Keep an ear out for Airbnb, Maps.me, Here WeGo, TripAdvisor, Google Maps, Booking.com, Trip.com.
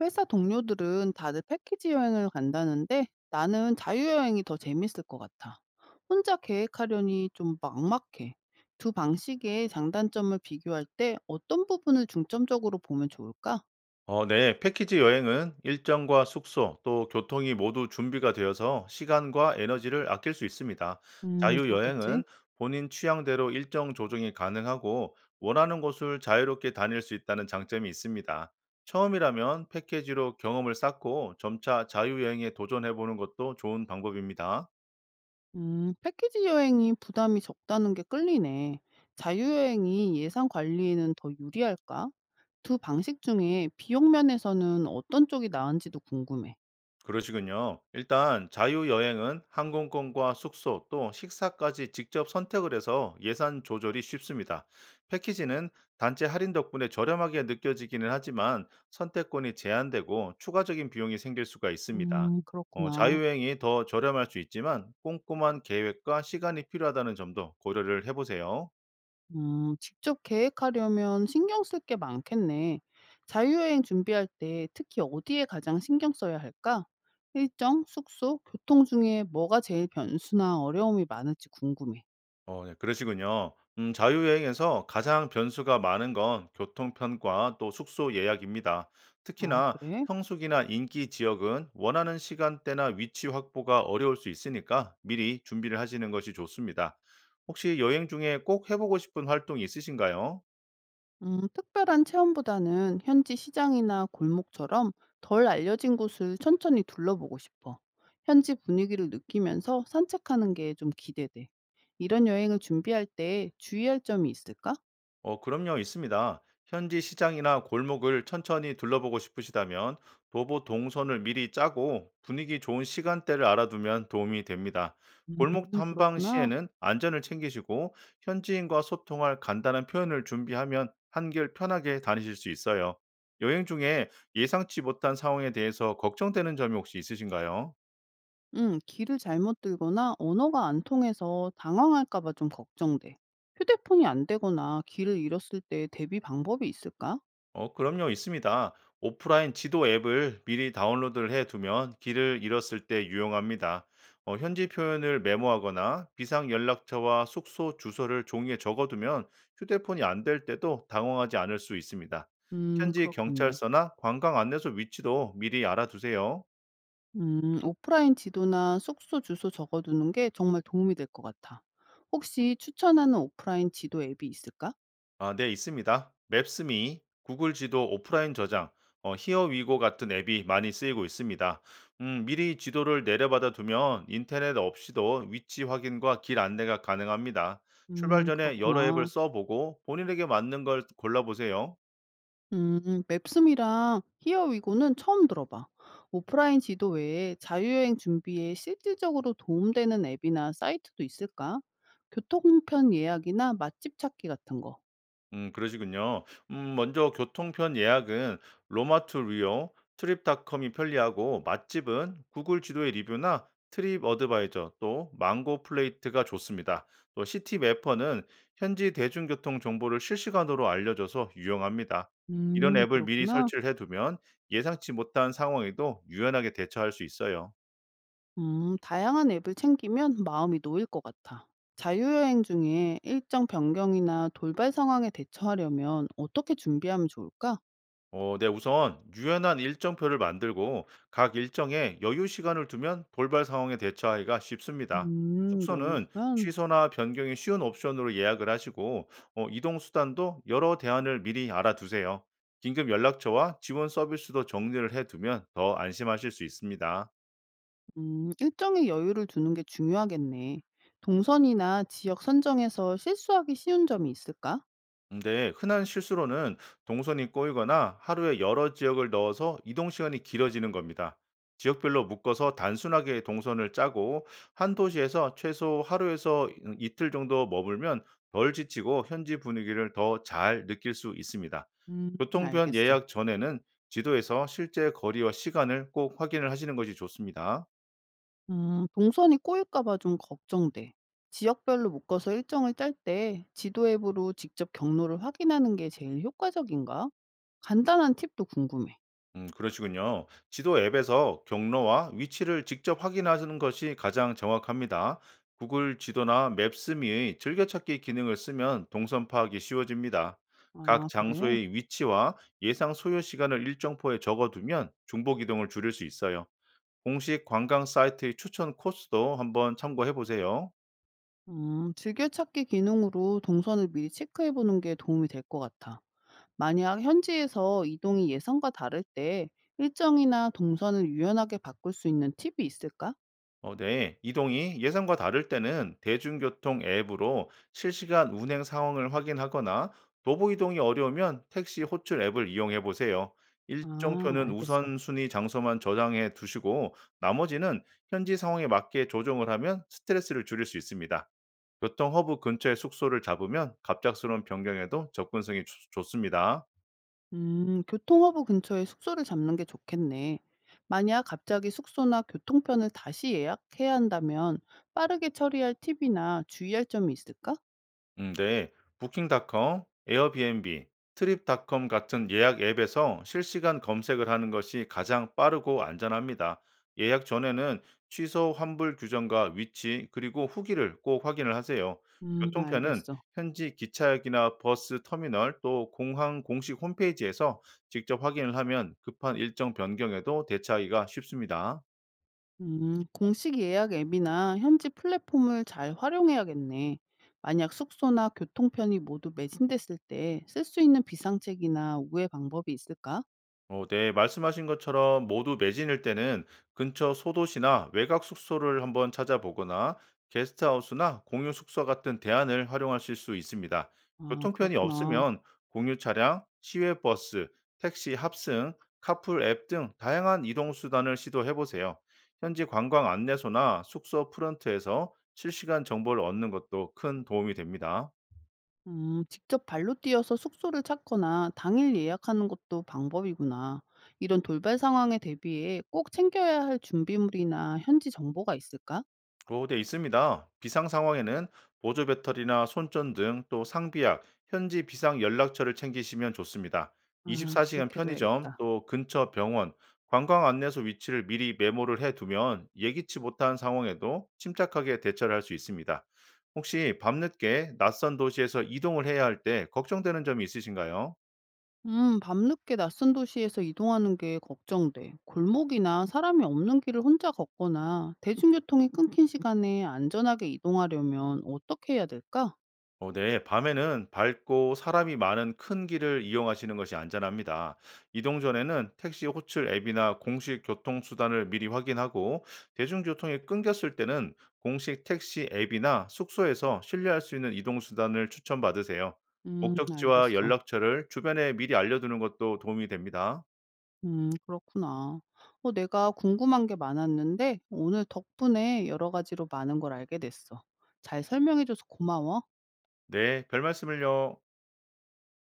회사 동료들은 다들 패키지 여행을 간다는데 나는 자유여행이 더 재밌을 것 같아. 혼자 계획하려니 좀 막막해. 두 방식의 장단점을 비교할 때 어떤 부분을 중점적으로 보면 좋을까? 네. 패키지 여행은 일정과 숙소 또 교통이 모두 준비가 되어서 시간과 에너지를 아낄 수 있습니다. 자유 그렇겠지. 여행은 본인 취향대로 일정 조정이 가능하고 원하는 곳을 자유롭게 다닐 수 있다는 장점이 있습니다. 처음이라면 패키지로 경험을 쌓고 점차 자유 여행에 도전해 보는 것도 좋은 방법입니다. 패키지 여행이 부담이 적다는 게 끌리네. 자유여행이 예산 관리에는 더 유리할까? 두 방식 중에 비용 면에서는 어떤 쪽이 나은지도 궁금해. 그러시군요. 일단 자유여행은 항공권과 숙소 또 식사까지 직접 선택을 해서 예산 조절이 쉽습니다. 패키지는 단체 할인 덕분에 저렴하게 느껴지기는 하지만 선택권이 제한되고 추가적인 비용이 생길 수가 있습니다. 그렇구나. 자유여행이 더 저렴할 수 있지만 꼼꼼한 계획과 시간이 필요하다는 점도 고려를 해보세요. 직접 계획하려면 신경 쓸 게 많겠네. 자유여행 준비할 때 특히 어디에 가장 신경 써야 할까? 일정, 숙소, 교통 중에 뭐가 제일 변수나 어려움이 많을지 궁금해. 네, 그러시군요. 자유여행에서 가장 변수가 많은 건 교통편과 또 숙소 예약입니다. 아, 특히나 그래? 성수기나 인기 지역은 원하는 시간대나 위치 확보가 어려울 수 있으니까 미리 준비를 하시는 것이 좋습니다. 혹시 여행 중에 꼭 해 보고 싶은 활동이 있으신가요? 특별한 체험보다는 현지 시장이나 골목처럼 덜 알려진 곳을 천천히 둘러보고 싶어. 현지 분위기를 느끼면서 산책하는 게 좀 기대돼. 이런 여행을 준비할 때 주의할 점이 있을까? 그럼요, 있습니다. 현지 시장이나 골목을 천천히 둘러보고 싶으시다면 도보 동선을 미리 짜고 분위기 좋은 시간대를 알아두면 도움이 됩니다. 골목 탐방 그렇구나. 시에는 안전을 챙기시고 현지인과 소통할 간단한 표현을 준비하면 한결 편하게 다니실 수 있어요. 여행 중에 예상치 못한 상황에 대해서 걱정되는 점이 혹시 있으신가요? 길을 잘못 들거나 언어가 안 통해서 당황할까 봐 좀 걱정돼. 휴대폰이 안 되거나 길을 잃었을 때 대비 방법이 있을까? 그럼요, 있습니다. 오프라인 지도 앱을 미리 다운로드를 해 두면 길을 잃었을 때 유용합니다. 현지 표현을 메모하거나 비상 연락처와 숙소 주소를 종이에 적어두면 휴대폰이 안 될 때도 당황하지 않을 수 있습니다. 현지 그렇겠네. 경찰서나 관광 안내소 위치도 미리 알아두세요. 오프라인 지도나 숙소 주소 적어두는 게 정말 도움이 될 것 같아. 혹시 추천하는 오프라인 지도 앱이 있을까? 아, 네, 있습니다. 맵스미, 구글 지도 오프라인 저장, 히어위고 같은 앱이 많이 쓰이고 있습니다. 미리 지도를 내려받아 두면 인터넷 없이도 위치 확인과 길 안내가 가능합니다. 출발 전에 여러 앱을 그렇구나. 써보고 본인에게 맞는 걸 골라보세요. 음, 맵스미랑 히어위고는 처음 들어봐. 오프라인 지도 외에 자유여행 준비에 실질적으로 도움되는 앱이나 사이트도 있을까? 교통편 예약이나 맛집 찾기 같은 거. 그러시군요. 먼저 교통편 예약은 로마투 리오, 트립닷컴이 편리하고 맛집은 구글 지도의 리뷰나 트립 어드바이저 또 망고 플레이트가 좋습니다. 또 시티 매퍼는 현지 대중교통 정보를 실시간으로 알려줘서 유용합니다. 이런 앱을 미리 그렇구나. 설치를 해두면 예상치 못한 상황에도 유연하게 대처할 수 있어요. 다양한 앱을 챙기면 마음이 놓일 것 같아. 자유여행 중에 일정 변경이나 돌발 상황에 대처하려면 어떻게 준비하면 좋을까? 네, 우선 유연한 일정표를 만들고 각 일정에 여유 시간을 두면 돌발 상황에 대처하기가 쉽습니다. 여유 숙소는 시간. 취소나 변경이 쉬운 옵션으로 예약을 하시고 이동 수단도 여러 대안을 미리 알아두세요. 긴급 연락처와 지원 서비스도 정리를 해두면 더 안심하실 수 있습니다. 일정의 여유를 두는 게 중요하겠네. 동선이나 지역 선정에서 실수하기 쉬운 점이 있을까? 근데 흔한 실수로는 동선이 꼬이거나 하루에 여러 지역을 넣어서 이동 시간이 길어지는 겁니다. 지역별로 묶어서 단순하게 동선을 짜고 한 도시에서 최소 하루에서 이틀 정도 머물면 덜 지치고 현지 분위기를 더 잘 느낄 수 있습니다. 음, 교통편 알겠어. 예약 전에는 지도에서 실제 거리와 시간을 꼭 확인을 하시는 것이 좋습니다. 동선이 꼬일까 봐 좀 걱정돼. 지역별로 묶어서 일정을 짤 때 지도 앱으로 직접 경로를 확인하는 게 제일 효과적인가? 간단한 팁도 궁금해. 그러시군요. 지도 앱에서 경로와 위치를 직접 확인하는 것이 가장 정확합니다. 구글 지도나 맵스미의 즐겨찾기 기능을 쓰면 동선 파악이 쉬워집니다. 아, 각 그래? 장소의 위치와 예상 소요 시간을 일정표에 적어두면 중복 이동을 줄일 수 있어요. 공식 관광 사이트의 추천 코스도 한번 참고해 보세요. 즐겨찾기 기능으로 동선을 미리 체크해 보는 게 도움이 될 것 같아. 만약 현지에서 이동이 예상과 다를 때 일정이나 동선을 유연하게 바꿀 수 있는 팁이 있을까? 네. 이동이 예상과 다를 때는 대중교통 앱으로 실시간 운행 상황을 확인하거나 도보 이동이 어려우면 택시 호출 앱을 이용해 보세요. 아, 일정표는 알겠어. 우선순위 장소만 저장해 두시고 나머지는 현지 상황에 맞게 조정을 하면 스트레스를 줄일 수 있습니다. 교통 허브 근처에 숙소를 잡으면 갑작스러운 변경에도 접근성이 좋습니다. 교통허브 근처에 숙소를 잡는 게 좋겠네. 만약 갑자기 숙소나 교통편을 다시 예약해야 한다면 빠르게 처리할 팁이나 주의할 점이 있을까? 네. 부킹닷컴, 에어비앤비, 트립닷컴 같은 예약 앱에서 실시간 검색을 하는 것이 가장 빠르고 안전합니다. 예약 전에는 취소 환불 규정과 위치 그리고 후기를 꼭 확인을 하세요. 교통편은 알겠어. 현지 기차역이나 버스 터미널 또 공항 공식 홈페이지에서 직접 확인을 하면 급한 일정 변경에도 대처하기가 쉽습니다. 공식 예약 앱이나 현지 플랫폼을 잘 활용해야겠네. 만약 숙소나 교통편이 모두 매진됐을 때 쓸 수 있는 비상책이나 우회 방법이 있을까? 네, 말씀하신 것처럼 모두 매진일 때는 근처 소도시나 외곽 숙소를 한번 찾아보거나 게스트하우스나 공유 숙소 같은 대안을 활용하실 수 있습니다. 아, 교통편이 그렇구나. 없으면 공유 차량, 시외 버스, 택시 합승, 카풀 앱 등 다양한 이동 수단을 시도해 보세요. 현지 관광 안내소나 숙소 프런트에서 실시간 정보를 얻는 것도 큰 도움이 됩니다. 직접 발로 뛰어서 숙소를 찾거나 당일 예약하는 것도 방법이구나. 이런 돌발 상황에 대비해 꼭 챙겨야 할 준비물이나 현지 정보가 있을까? 오, 네, 있습니다. 비상 상황에는 보조 배터리나 손전 등 또 상비약, 현지 비상 연락처를 챙기시면 좋습니다. 아, 24시간 편의점, 기억해둬야겠다. 또 근처 병원, 관광 안내소 위치를 미리 메모를 해두면 예기치 못한 상황에도 침착하게 대처를 할 수 있습니다. 혹시 밤늦게 낯선 도시에서 이동을 해야 할 때 걱정되는 점이 있으신가요? 밤늦게 낯선 도시에서 이동하는 게 걱정돼. 골목이나 사람이 없는 길을 혼자 걷거나 대중교통이 끊긴 시간에 안전하게 이동하려면 어떻게 해야 될까? 네. 밤에는 밝고 사람이 많은 큰 길을 이용하시는 것이 안전합니다. 이동 전에는 택시 호출 앱이나 공식 교통수단을 미리 확인하고 대중교통이 끊겼을 때는 공식 택시 앱이나 숙소에서 신뢰할 수 있는 이동수단을 추천받으세요. 목적지와 알겠어. 연락처를 주변에 미리 알려두는 것도 도움이 됩니다. 그렇구나. 내가 궁금한 게 많았는데 오늘 덕분에 여러 가지로 많은 걸 알게 됐어. 잘 설명해줘서 고마워. 네, 별 말씀을요.